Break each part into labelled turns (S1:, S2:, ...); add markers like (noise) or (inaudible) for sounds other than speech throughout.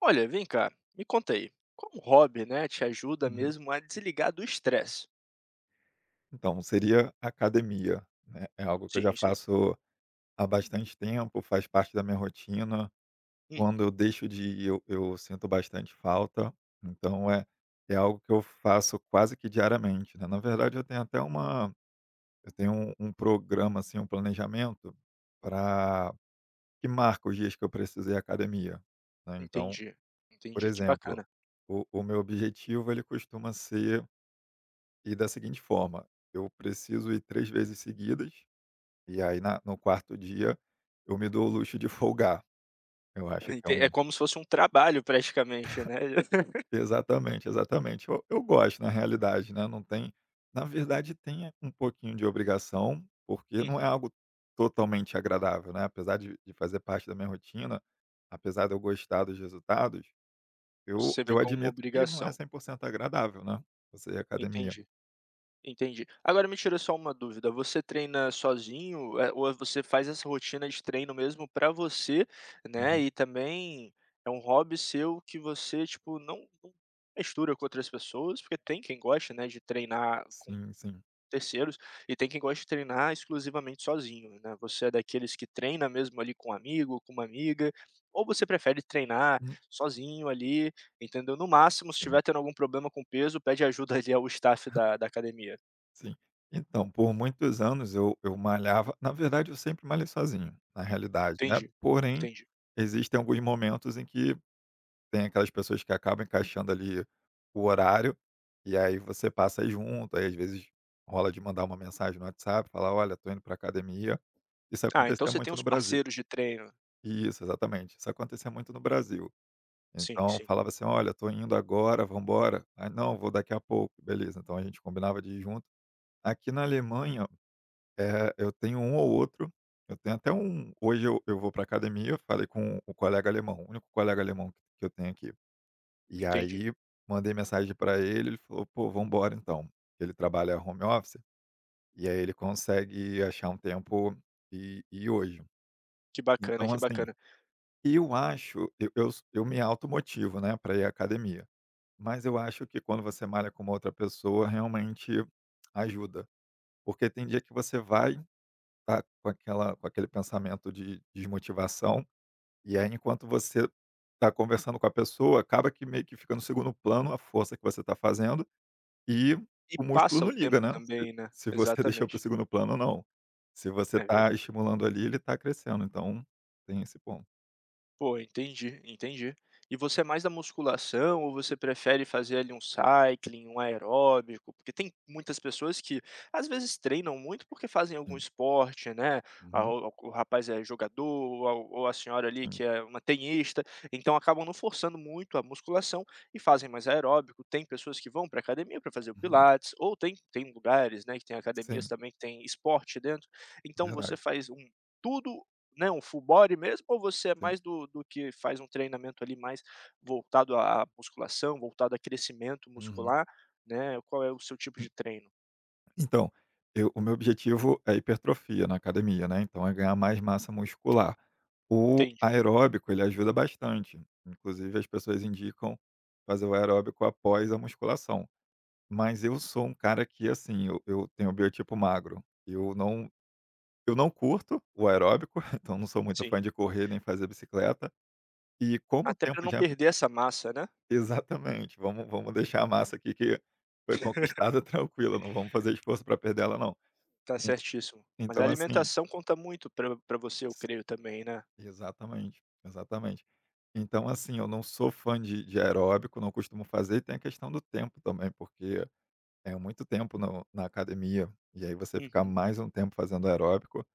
S1: Olha, vem cá, me conta aí. Como hobby, né, te ajuda
S2: Uhum.
S1: mesmo a desligar do estresse?
S2: Então, seria academia, né, é algo que eu já
S1: Sim, sim.
S2: faço há bastante tempo, faz parte da minha rotina. Quando
S1: Uhum,
S2: eu deixo de ir, eu sinto bastante falta, então é algo que eu faço quase que diariamente, né. Na verdade, eu tenho um programa, assim, um planejamento para que marca os dias que eu precisei à academia, né. Então,
S1: entendi,
S2: por
S1: entendi, que
S2: exemplo,
S1: bacana.
S2: o meu objetivo, ele costuma ser ir da seguinte forma: eu preciso ir 3 vezes seguidas. E aí na no quarto dia, eu me dou o luxo de (laughs) folgar. Eu
S1: (laughs)
S2: acho que é
S1: Ente É
S2: um
S1: como se fosse um trabalho praticamente, né. (laughs)
S2: Exatamente, exatamente. Eu gosto na realidade, né, não tem na verdade tem um pouquinho de obrigação, porque não é
S1: Uhum,
S2: algo totalmente agradável, né, apesar de fazer parte da minha rotina, apesar de eu gostar dos resultados, eu
S1: você vê
S2: eu
S1: como uma
S2: admito que não é
S1: obrigação,
S2: 100% agradável, né, você ir à academia.
S1: entendi. Entendi. Agora me tira só uma dúvida, você treina sozinho, ou você faz essa rotina de treino mesmo pra você, né,
S2: Uhum.
S1: e também é um hobby seu que você, tipo, não mistura com outras pessoas, porque tem quem gosta, né, de treinar com
S2: Sim, sim.
S1: terceiros e tem quem gosta de treinar exclusivamente sozinho, né. Você é daqueles que treina mesmo ali com um amigo, com uma amiga, ou você prefere treinar
S2: Hum,
S1: sozinho ali, entendeu? No máximo, se
S2: sim.
S1: estiver tendo algum problema com peso, pede ajuda ali ao (laughs) staff da academia.
S2: Sim. Então, por muitos anos eu malhava na verdade eu sempre malhei sozinho, na realidade, né,
S1: Entendi,
S2: porém,
S1: entendi.
S2: existem alguns momentos em que tem aquelas pessoas que acabam encaixando ali o horário, e aí você passa aí junto, aí às vezes rola de mandar uma mensagem no WhatsApp, falar: "Olha, tô indo pra academia". Isso
S1: Ah, então
S2: acontecia
S1: você tem
S2: muito
S1: uns
S2: no Brasil.
S1: parceiros de treino.
S2: Isso, exatamente. Isso acontecia muito no Brasil.
S1: Sim,
S2: Então
S1: sim,
S2: falava assim: "Olha, tô indo agora, vamos embora. Não, vou daqui a pouco. Beleza", então a gente combinava de ir junto. Aqui na Alemanha é, eu tenho um ou outro. Eu tenho até um hoje eu vou para academia, falei com o colega alemão, o único colega alemão que eu tenho aqui. E
S1: entendi.
S2: aí mandei mensagem para ele, ele falou: "Pô, vamos embora então". Ele trabalha home office, e aí ele consegue achar um tempo e ir hoje.
S1: Que bacana,
S2: Então
S1: que
S2: assim,
S1: bacana.
S2: eu acho eu me automotivo, né, para ir à academia, mas eu acho que quando você malha com uma outra pessoa, realmente ajuda. Porque tem dia que você vai tá com aquele pensamento de desmotivação, e aí enquanto você tá conversando com a pessoa, acaba que meio que fica no segundo plano a força que você tá fazendo e
S1: E
S2: o músculo
S1: passa
S2: não
S1: o tempo
S2: liga, né,
S1: também, né.
S2: se você (laughs) deixou para o
S1: Exatamente,
S2: segundo plano ou não. Se você
S1: é
S2: tá
S1: verdade.
S2: estimulando ali, ele tá crescendo, então tem esse ponto.
S1: Pô, entendi, entendi. E você é mais da musculação ou você prefere fazer ali um cycling, um aeróbico? Porque tem muitas pessoas que às vezes treinam muito porque fazem algum
S2: Sim.
S1: esporte, né? Ah,
S2: Uhum.
S1: o rapaz é jogador, ou a senhora ali
S2: Sim.
S1: que é uma tenista, então acabam não forçando muito a musculação e fazem mais aeróbico. Tem pessoas que vão para academia para fazer o
S2: Uhum.
S1: pilates, ou tem, tem lugares, né, que tem academias
S2: Sim,
S1: também que tem esporte dentro. Então você
S2: verdade.
S1: faz um tudo, né, um full body mesmo ou você é
S2: Sim.
S1: mais do que faz um treinamento ali mais voltado à musculação, voltado a crescimento
S2: Uhum.
S1: muscular, né, qual é o seu tipo de treino?
S2: Então, eu o meu objetivo é hipertrofia na academia, né, então é ganhar mais massa muscular. O
S1: Entendi,
S2: aeróbico, ele ajuda bastante, inclusive as pessoas indicam fazer o aeróbico após a musculação, mas eu sou um cara que, assim, eu tenho o biotipo magro, eu não curto o aeróbico, (laughs) então não sou muito
S1: sim.
S2: fã de correr nem fazer bicicleta, e como o
S1: Até para
S2: tempo
S1: não
S2: já
S1: perder essa massa, né.
S2: (laughs) exatamente, vamos deixar a massa aqui que foi conquistada (laughs) tranquila, não vamos fazer esforço para perder ela não.
S1: Tá
S2: En
S1: certíssimo. Mas a
S2: Então assim.
S1: alimentação conta muito para pra você, eu creio também, né.
S2: Exatamente, exatamente. Então, assim, eu não sou fã de aeróbico, não costumo fazer, e tem a questão do tempo também, porque é muito tempo no na academia, e aí você ficar
S1: Uhum,
S2: mais um tempo fazendo aeróbico,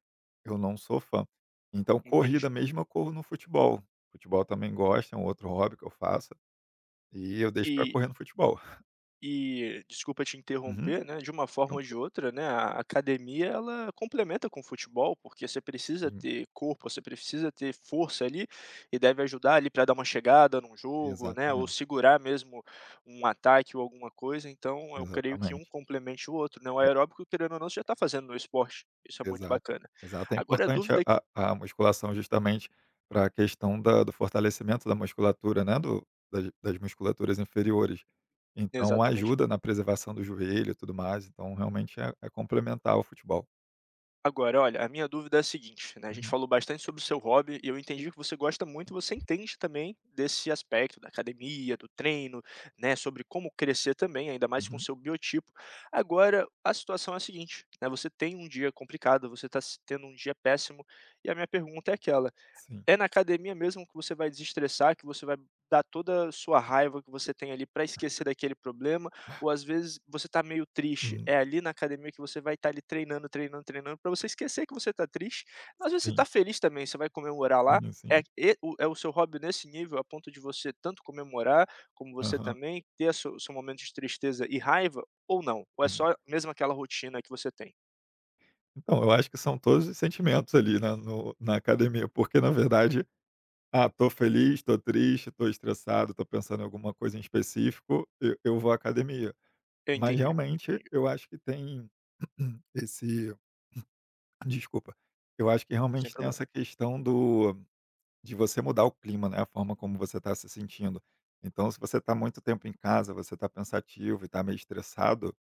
S2: eu não sou fã. Então, corrida
S1: entendi.
S2: mesmo, eu corro no futebol. Futebol também gosto, é um outro hobby que eu faço, e eu deixo pra
S1: E
S2: correr no futebol. (laughs)
S1: E, desculpa te
S2: Uhum,
S1: interromper, né, de uma forma ou de
S2: tranquilo.
S1: outra, né, a academia ela complementa com o futebol, porque você precisa
S2: Sim,
S1: ter corpo, você precisa ter força ali, e deve ajudar ali para dar uma chegada num jogo, né, ou
S2: exatamente,
S1: segurar mesmo um ataque ou alguma coisa, então eu creio que um
S2: exatamente.
S1: complemente o outro, né, o aeróbico querendo ou não você já está fazendo no esporte, isso é muito
S2: Exato,
S1: bacana.
S2: exato. É
S1: Agora a
S2: importante
S1: dúvida
S2: a musculação justamente para a questão da do fortalecimento da musculatura, né, do das musculaturas inferiores. Então
S1: Exatamente.
S2: ajuda na preservação do joelho e tudo mais, então realmente é complementar ao futebol.
S1: Agora, olha, a minha dúvida é a seguinte, né, a gente
S2: Uhum,
S1: falou bastante sobre o seu hobby e eu entendi que você gosta muito, você entende também desse aspecto da academia, do treino, né, sobre como crescer também, ainda mais com o
S2: uhum,
S1: seu biotipo. Agora, a situação é a seguinte, né, você tem um dia complicado, você está tendo um dia péssimo, e a minha pergunta é aquela,
S2: sim.
S1: é na academia mesmo que você vai desestressar, que você vai dar toda a sua raiva que você tem ali para esquecer daquele problema, ou às vezes você tá meio triste,
S2: Hum,
S1: é ali na academia que você vai estar ali treinando, treinando, treinando para você esquecer que você tá triste. Às vezes você
S2: sim,
S1: tá feliz também, você vai comemorar lá,
S2: sim,
S1: é
S2: sim.
S1: e o é o seu hobby nesse nível a ponto de você tanto comemorar, como você
S2: Aham,
S1: também ter a seu momento de tristeza e raiva ou não? Ou é
S2: sim.
S1: só mesmo aquela rotina que você tem?
S2: Então, eu acho que são todos os sentimentos ali, né, no na academia, porque na verdade, ah, tô feliz, tô triste, tô estressado, tô pensando em alguma coisa em específico, eu vou à academia.
S1: Eu
S2: Mas
S1: entendi,
S2: realmente
S1: entendi,
S2: eu acho que tem (clears throat) esse desculpa, eu acho que
S1: sem
S2: realmente tem
S1: problema.
S2: essa questão do de você mudar o clima, né, a forma como você está se sentindo. Então, se você está muito tempo em casa, você está pensativo e está meio estressado,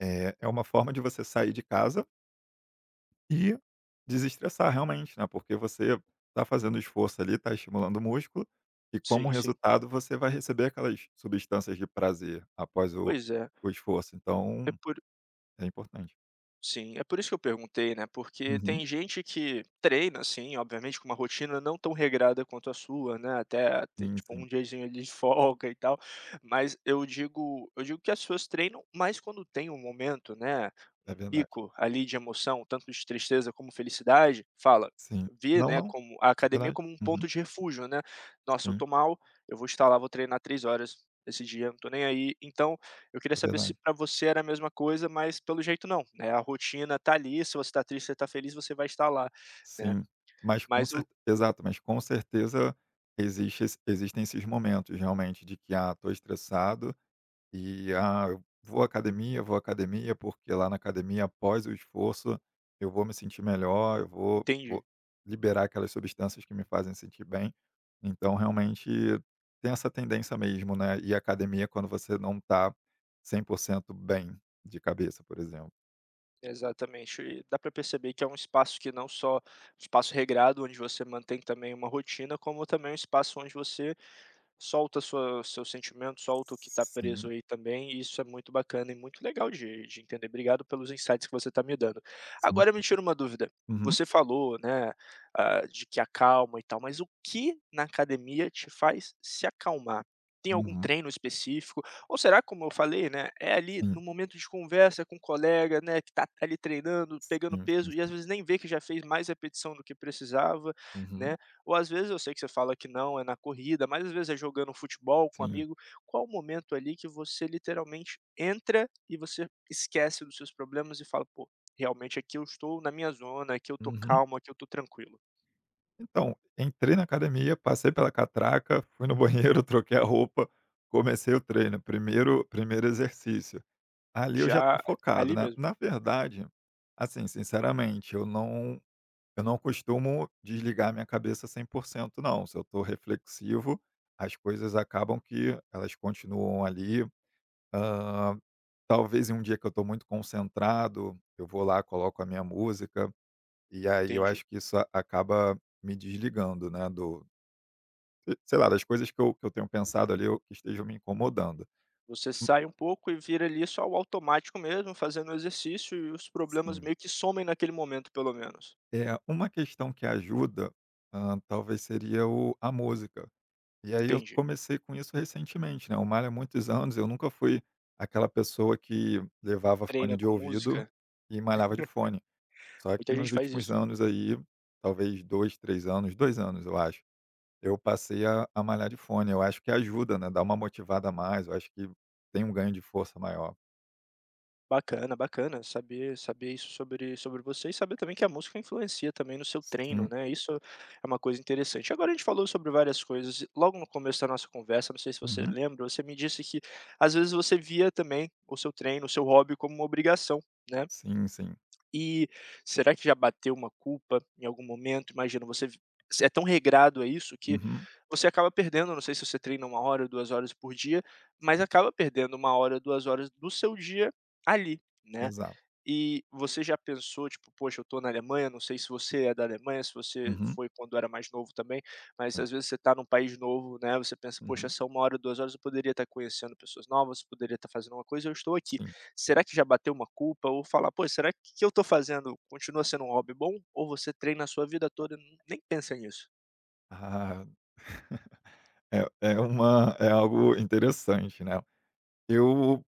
S2: é uma forma de você sair de casa e desestressar realmente, né, porque você está fazendo esforço ali, está estimulando o músculo e como
S1: Sim, sim.
S2: resultado você vai receber aquelas substâncias de prazer após
S1: Pois é,
S2: o esforço,
S1: é
S2: então
S1: por
S2: é importante.
S1: sim, é por isso que eu perguntei, né? Porque
S2: Uhum.
S1: tem gente que treina, assim, obviamente, com uma rotina não tão regrada quanto a sua, né? Até ter,
S2: Sim,
S1: tipo, um
S2: sim,
S1: diazinho ali de (laughs) folga e tal. Mas eu digo que as pessoas treinam mais quando tem um momento, né?
S2: é
S1: Um
S2: verdade.
S1: pico ali de emoção, tanto de tristeza como felicidade, fala.
S2: Sim.
S1: Vê,
S2: Não,
S1: né,
S2: não,
S1: como a
S2: é
S1: academia
S2: verdade.
S1: como um
S2: Uhum.
S1: ponto de refúgio, né? Nossa, eu
S2: Sim,
S1: tô mal, eu vou estar lá, vou treinar 3 horas esse dia, não tô nem aí. Então, eu queria
S2: é
S1: saber se
S2: verdade.
S1: para você era a mesma coisa, mas pelo jeito não, né, a rotina tá ali, se você tá triste, você tá feliz, você vai estar lá, né.
S2: Sim, mas com
S1: Mas o
S2: cer exato, mas com certeza existem esses momentos realmente de que, ah, tô estressado. E, ah, eu vou à academia, porque lá na academia, após o esforço, eu vou me sentir melhor, eu vou vou
S1: entendi,
S2: liberar aquelas substâncias que me fazem sentir bem. Então, realmente, tem essa tendência mesmo, né, e à academia quando você não tá 100% bem de cabeça, por exemplo.
S1: exatamente. E dá para perceber que é um espaço que não só espaço regrado, onde você mantém também uma rotina, como também um espaço onde você solta sua seu sentimento, solta o que está preso
S2: Sim,
S1: aí também, e isso é muito bacana e muito legal de entender. Obrigado pelos insights que você está me dando.
S2: sim,
S1: Agora me
S2: sim.
S1: tira uma dúvida,
S2: Uhum,
S1: você falou, né, ah, de que acalma e tal, mas o que na academia te faz se acalmar? Tem algum
S2: uhum.
S1: treino específico? Ou será, como eu falei, né, é ali no
S2: Sim,
S1: momento de conversa com o colega, né, que tá ali treinando, pegando
S2: sim, sim,
S1: peso e às
S2: sim.
S1: vezes nem vê que já fez mais repetição do que precisava,
S2: Uhum,
S1: né? Ou às vezes eu sei que você fala que não, é na corrida, mas às vezes é jogando futebol com um
S2: sim.
S1: amigo. Qual o momento ali que você literalmente entra e você esquece dos seus problemas e fala: "Pô, realmente aqui eu estou na minha zona, aqui eu tô
S2: Uhum.
S1: calmo, aqui eu tô tranquilo"?
S2: Então, entrei na academia, passei pela catraca, (laughs) fui no banheiro, (laughs) troquei a roupa, comecei o treino, primeiro exercício. Ali eu já tô
S1: Já
S2: focado,
S1: ali
S2: né.
S1: mesmo.
S2: Na verdade, assim, sinceramente, eu não costumo desligar minha cabeça 100% não. Se eu tô reflexivo, as coisas acabam que elas continuam ali. Hã, talvez em um dia que eu tô muito concentrado, eu vou lá, coloco a minha música, e aí eu
S1: Entendi.
S2: acho que isso acaba me desligando, né, do eh, sei lá, das coisas que eu tenho pensado ali, ou que estejam me incomodando.
S1: Você sai um pouco e vira ali só o automático mesmo, fazendo exercício e os problemas
S2: Sim.
S1: meio que somem naquele momento, pelo menos.
S2: É uma questão que ajuda, hã, talvez seria o a música. E aí eu
S1: Entendi.
S2: comecei com isso recentemente, né, o Malha há muitos anos, eu nunca fui aquela pessoa que levava fone
S1: Treina
S2: de
S1: com
S2: ouvido
S1: música?
S2: e malhava de fone. Só que
S1: Muita
S2: nos
S1: gente faz
S2: últimos
S1: isso.
S2: anos aí, talvez 2 3 anos, 2 anos eu acho, eu passei a malhar de fone. Eu acho que ajuda, né, dá uma motivada a mais, eu acho que tem um ganho de força maior.
S1: Bacana, bacana saber isso sobre você e saber também que a música influencia também no seu treino,
S2: Sim.
S1: né, isso é uma coisa interessante. Agora a gente falou sobre várias coisas, e logo no começo da nossa conversa, não sei se você
S2: Uhum.
S1: lembra, você me disse que às vezes você via também o seu treino, o seu hobby como uma obrigação, né.
S2: Sim, sim.
S1: E será que já bateu uma culpa em algum momento? Imagina, você vi é tão regrado a isso que
S2: Uhum,
S1: você acaba perdendo, não sei se você treina uma hora ou 2 horas por dia, mas acaba perdendo uma hora, 2 horas do seu dia ali, né.
S2: exato.
S1: E você já pensou, tipo: "Poxa, eu tô na Alemanha", não sei se você é da Alemanha, se você
S2: Uhum,
S1: foi quando era mais novo também, mas
S2: sim.
S1: às vezes você tá num país novo, né, você pensa: "Poxa,
S2: Uhum,
S1: são 1 hora, 2 horas eu poderia estar conhecendo pessoas novas, eu poderia estar fazendo uma coisa, eu estou aqui".
S2: sim.
S1: Será que já bateu uma culpa ou falar: "Pô, será que o que eu tô fazendo continua sendo um hobby bom?" Ou você treina a sua vida toda e nem pensa nisso?
S2: Ah, (laughs) é é uma é algo interessante, né. Eu,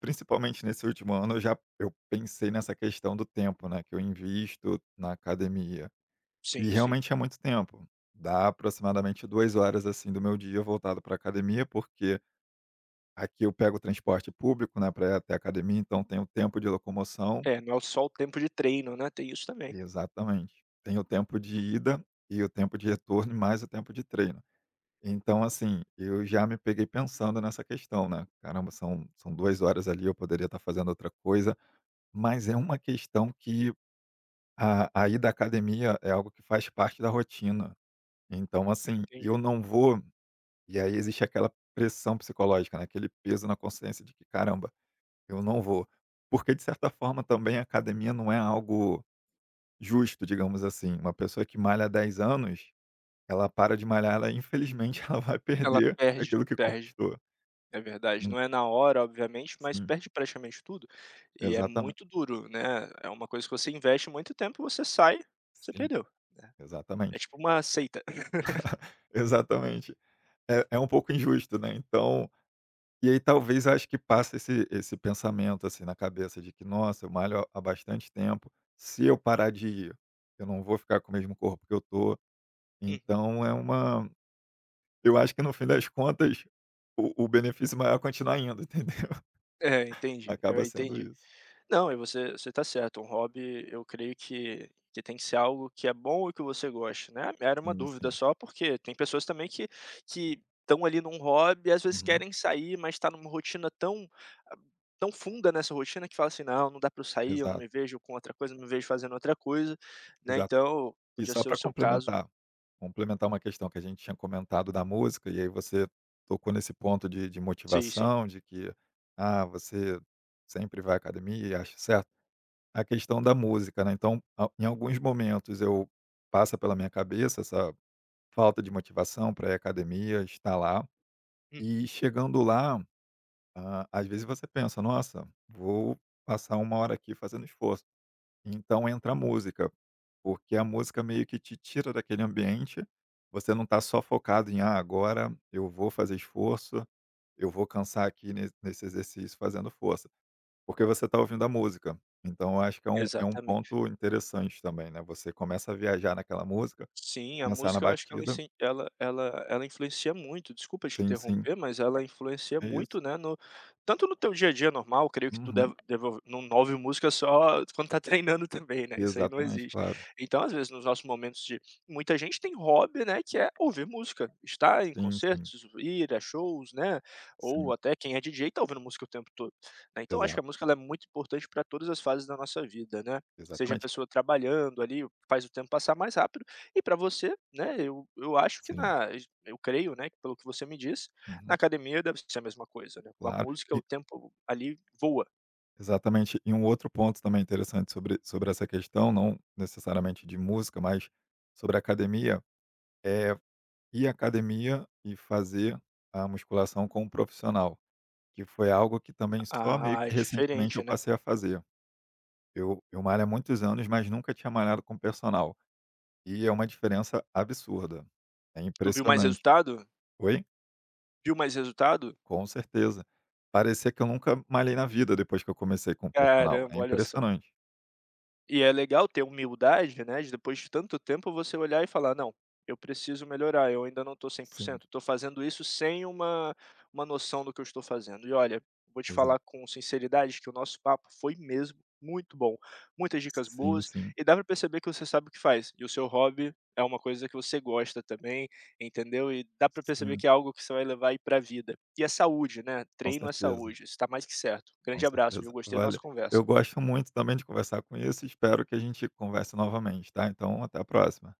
S2: principalmente nesse último ano, eu já eu pensei nessa questão do tempo, né, que eu invisto na academia. E
S1: Sim, sim.
S2: realmente é muito tempo. Dá aproximadamente 2 horas, assim, do meu dia voltado para academia, porque aqui eu pego o transporte público, né, para ir até a academia, então tenho tempo de locomoção.
S1: É, não é só o tempo de treino, né, tem isso também.
S2: Exatamente. Tem o tempo de ida e o tempo de retorno, e mais o tempo de treino. Então, assim, eu já me peguei pensando nessa questão, né? Caramba, são duas horas ali, eu poderia estar fazendo outra coisa, mas é uma questão que a ida à academia é algo que faz parte da rotina. Então,
S1: Eu
S2: assim, eu
S1: entendi.
S2: não vou, e aí existe aquela pressão psicológica, né? Aquele peso na consciência de que, caramba, eu não vou. Porque, de certa forma, também a academia não é algo. Justo, digamos assim. Uma pessoa que malha há 10 anos, ela para de malhar, ela infelizmente (laughs) ela vai
S1: Ela
S2: perder
S1: perde,
S2: aquilo que
S1: perde.
S2: conquistou.
S1: É verdade,
S2: En
S1: não é na hora, obviamente, mas
S2: Sim,
S1: perde praticamente tudo, e é
S2: exatamente.
S1: muito duro, né, é uma coisa que você investe muito tempo, você sai, você
S2: Sim,
S1: perdeu, né, é
S2: exatamente,
S1: tipo uma seita. (laughs)
S2: (laughs) exatamente. É um pouco injusto, né, então e aí talvez eu acho que passa esse pensamento, assim, na cabeça de que: "Nossa, eu malho há bastante tempo, se eu parar de ir, eu não vou ficar com o mesmo corpo que eu tô".
S1: Uhum.
S2: Então é uma eu acho que no fim das contas, o benefício maior é continuar indo, (laughs) entendeu?
S1: É, entendi,
S2: Acaba
S1: eu
S2: sendo
S1: entendi.
S2: isso.
S1: Não, e você tá certo. Um hobby, eu creio que tem que ser algo que é bom e que você goste, né. Era uma
S2: Sim,
S1: dúvida
S2: sim.
S1: só, porque tem pessoas também que estão ali num hobby, às vezes
S2: Uhum.
S1: querem sair, mas tá numa rotina tão ah, tão funda nessa rotina que fala assim: "Não, não dá para eu sair, eu não
S2: Exato,
S1: me vejo com outra coisa, não me vejo fazendo outra coisa", né,
S2: exato.
S1: então
S2: E
S1: podia
S2: só
S1: ser o
S2: para
S1: seu caso.
S2: complementar, uma questão que a gente tinha comentado da música, e aí você tocou nesse ponto de
S1: Sim, sim.
S2: motivação, de que, ah, você sempre vai à academia e acha certo. A questão da música, né, então, a em alguns momentos eu passa pela minha cabeça essa falta de motivação para ir à academia, estar lá,
S1: Uhum.
S2: e chegando lá, ah, às vezes você pensa: "Nossa, vou passar uma hora aqui fazendo esforço". Então entra a música, porque a música meio que te tira daquele ambiente, você não está só focado em: "Ah, agora eu vou fazer esforço, eu vou cansar aqui ne nesse exercício fazendo força", porque você está ouvindo a música. Então eu acho que é um
S1: Exatamente.
S2: ponto interessante também, né, você começa a viajar naquela música,
S1: Sim, a
S2: pensar na
S1: música eu acho que ela
S2: batida.
S1: incen ela ela ela influencia muito, desculpa te
S2: Sim, sim,
S1: interromper, mas ela influencia
S2: é isso.
S1: muito, né, no tanto no teu dia a dia normal, creio que tu
S2: Uhum.
S1: deve deve ouv não ouve música só (laughs) quando tá treinando também, né, isso aí não
S2: Exatamente,
S1: existe.
S2: claro.
S1: Então, às vezes, nos nossos momentos de muita gente tem hobby, né, que é ouvir música, estar em
S2: Sim, sim,
S1: concertos, ir a shows, né, ou
S2: sim.
S1: até quem é DJ tá ouvindo música o tempo todo, né. Então acho que
S2: Exato,
S1: a música ela é muito importante para todas as fases da nossa vida, né, seja a
S2: exatamente.
S1: pessoa trabalhando ali, faz o tempo passar mais rápido e para você, né, eu acho que
S2: Sim.
S1: na eu creio, né, que pelo que você me disse, na
S2: Uhum.
S1: academia deve ser a mesma coisa, né, com a
S2: Claro.
S1: música o tempo ali voa,
S2: Exatamente. E um outro ponto também interessante sobre essa questão, não necessariamente de música, mas sobre academia, é ir à academia e fazer a musculação com um profissional, que foi algo que também só meio
S1: ah,
S2: que
S1: é
S2: recentemente
S1: diferente,
S2: eu
S1: né.
S2: passei a fazer. Eu malho há muitos anos, mas nunca tinha malhado com personal. E é uma diferença absurda. É
S1: Tu viu mais
S2: impressionante.
S1: resultado?
S2: Oi?
S1: Viu mais resultado?
S2: Com certeza. Parecia que eu nunca malhei na vida depois que eu comecei com o personal. É
S1: Caramba, olha só.
S2: impressionante.
S1: E é legal ter humildade, né, de depois de tanto tempo você olhar e falar: "Não, eu preciso melhorar, eu ainda não estou cem por
S2: Sim,
S1: cento, estou fazendo isso sem uma uma noção do que eu estou fazendo". E olha, vou te
S2: exato.
S1: falar com sinceridade que o nosso papo foi mesmo muito bom, muitas dicas
S2: Sim,
S1: boas
S2: sim.
S1: e dá para perceber que você sabe o que faz, e o seu hobby é uma coisa que você gosta também, entendeu? E dá para perceber
S2: Sim,
S1: que é algo que você vai levar aí para a vida. E é saúde, né,
S2: com
S1: treino é
S2: certeza,
S1: saúde, está mais que certo.
S2: com
S1: Grande abraço, viu,
S2: certeza. (laughs)
S1: gostei da nossa
S2: Olha, eu
S1: conversa.
S2: gosto muito também de conversar com isso e espero que a gente converse novamente, tá? Então, até a próxima.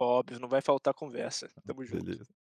S1: Óbvio, não vai faltar conversa. Tamo junto.
S2: Beleza.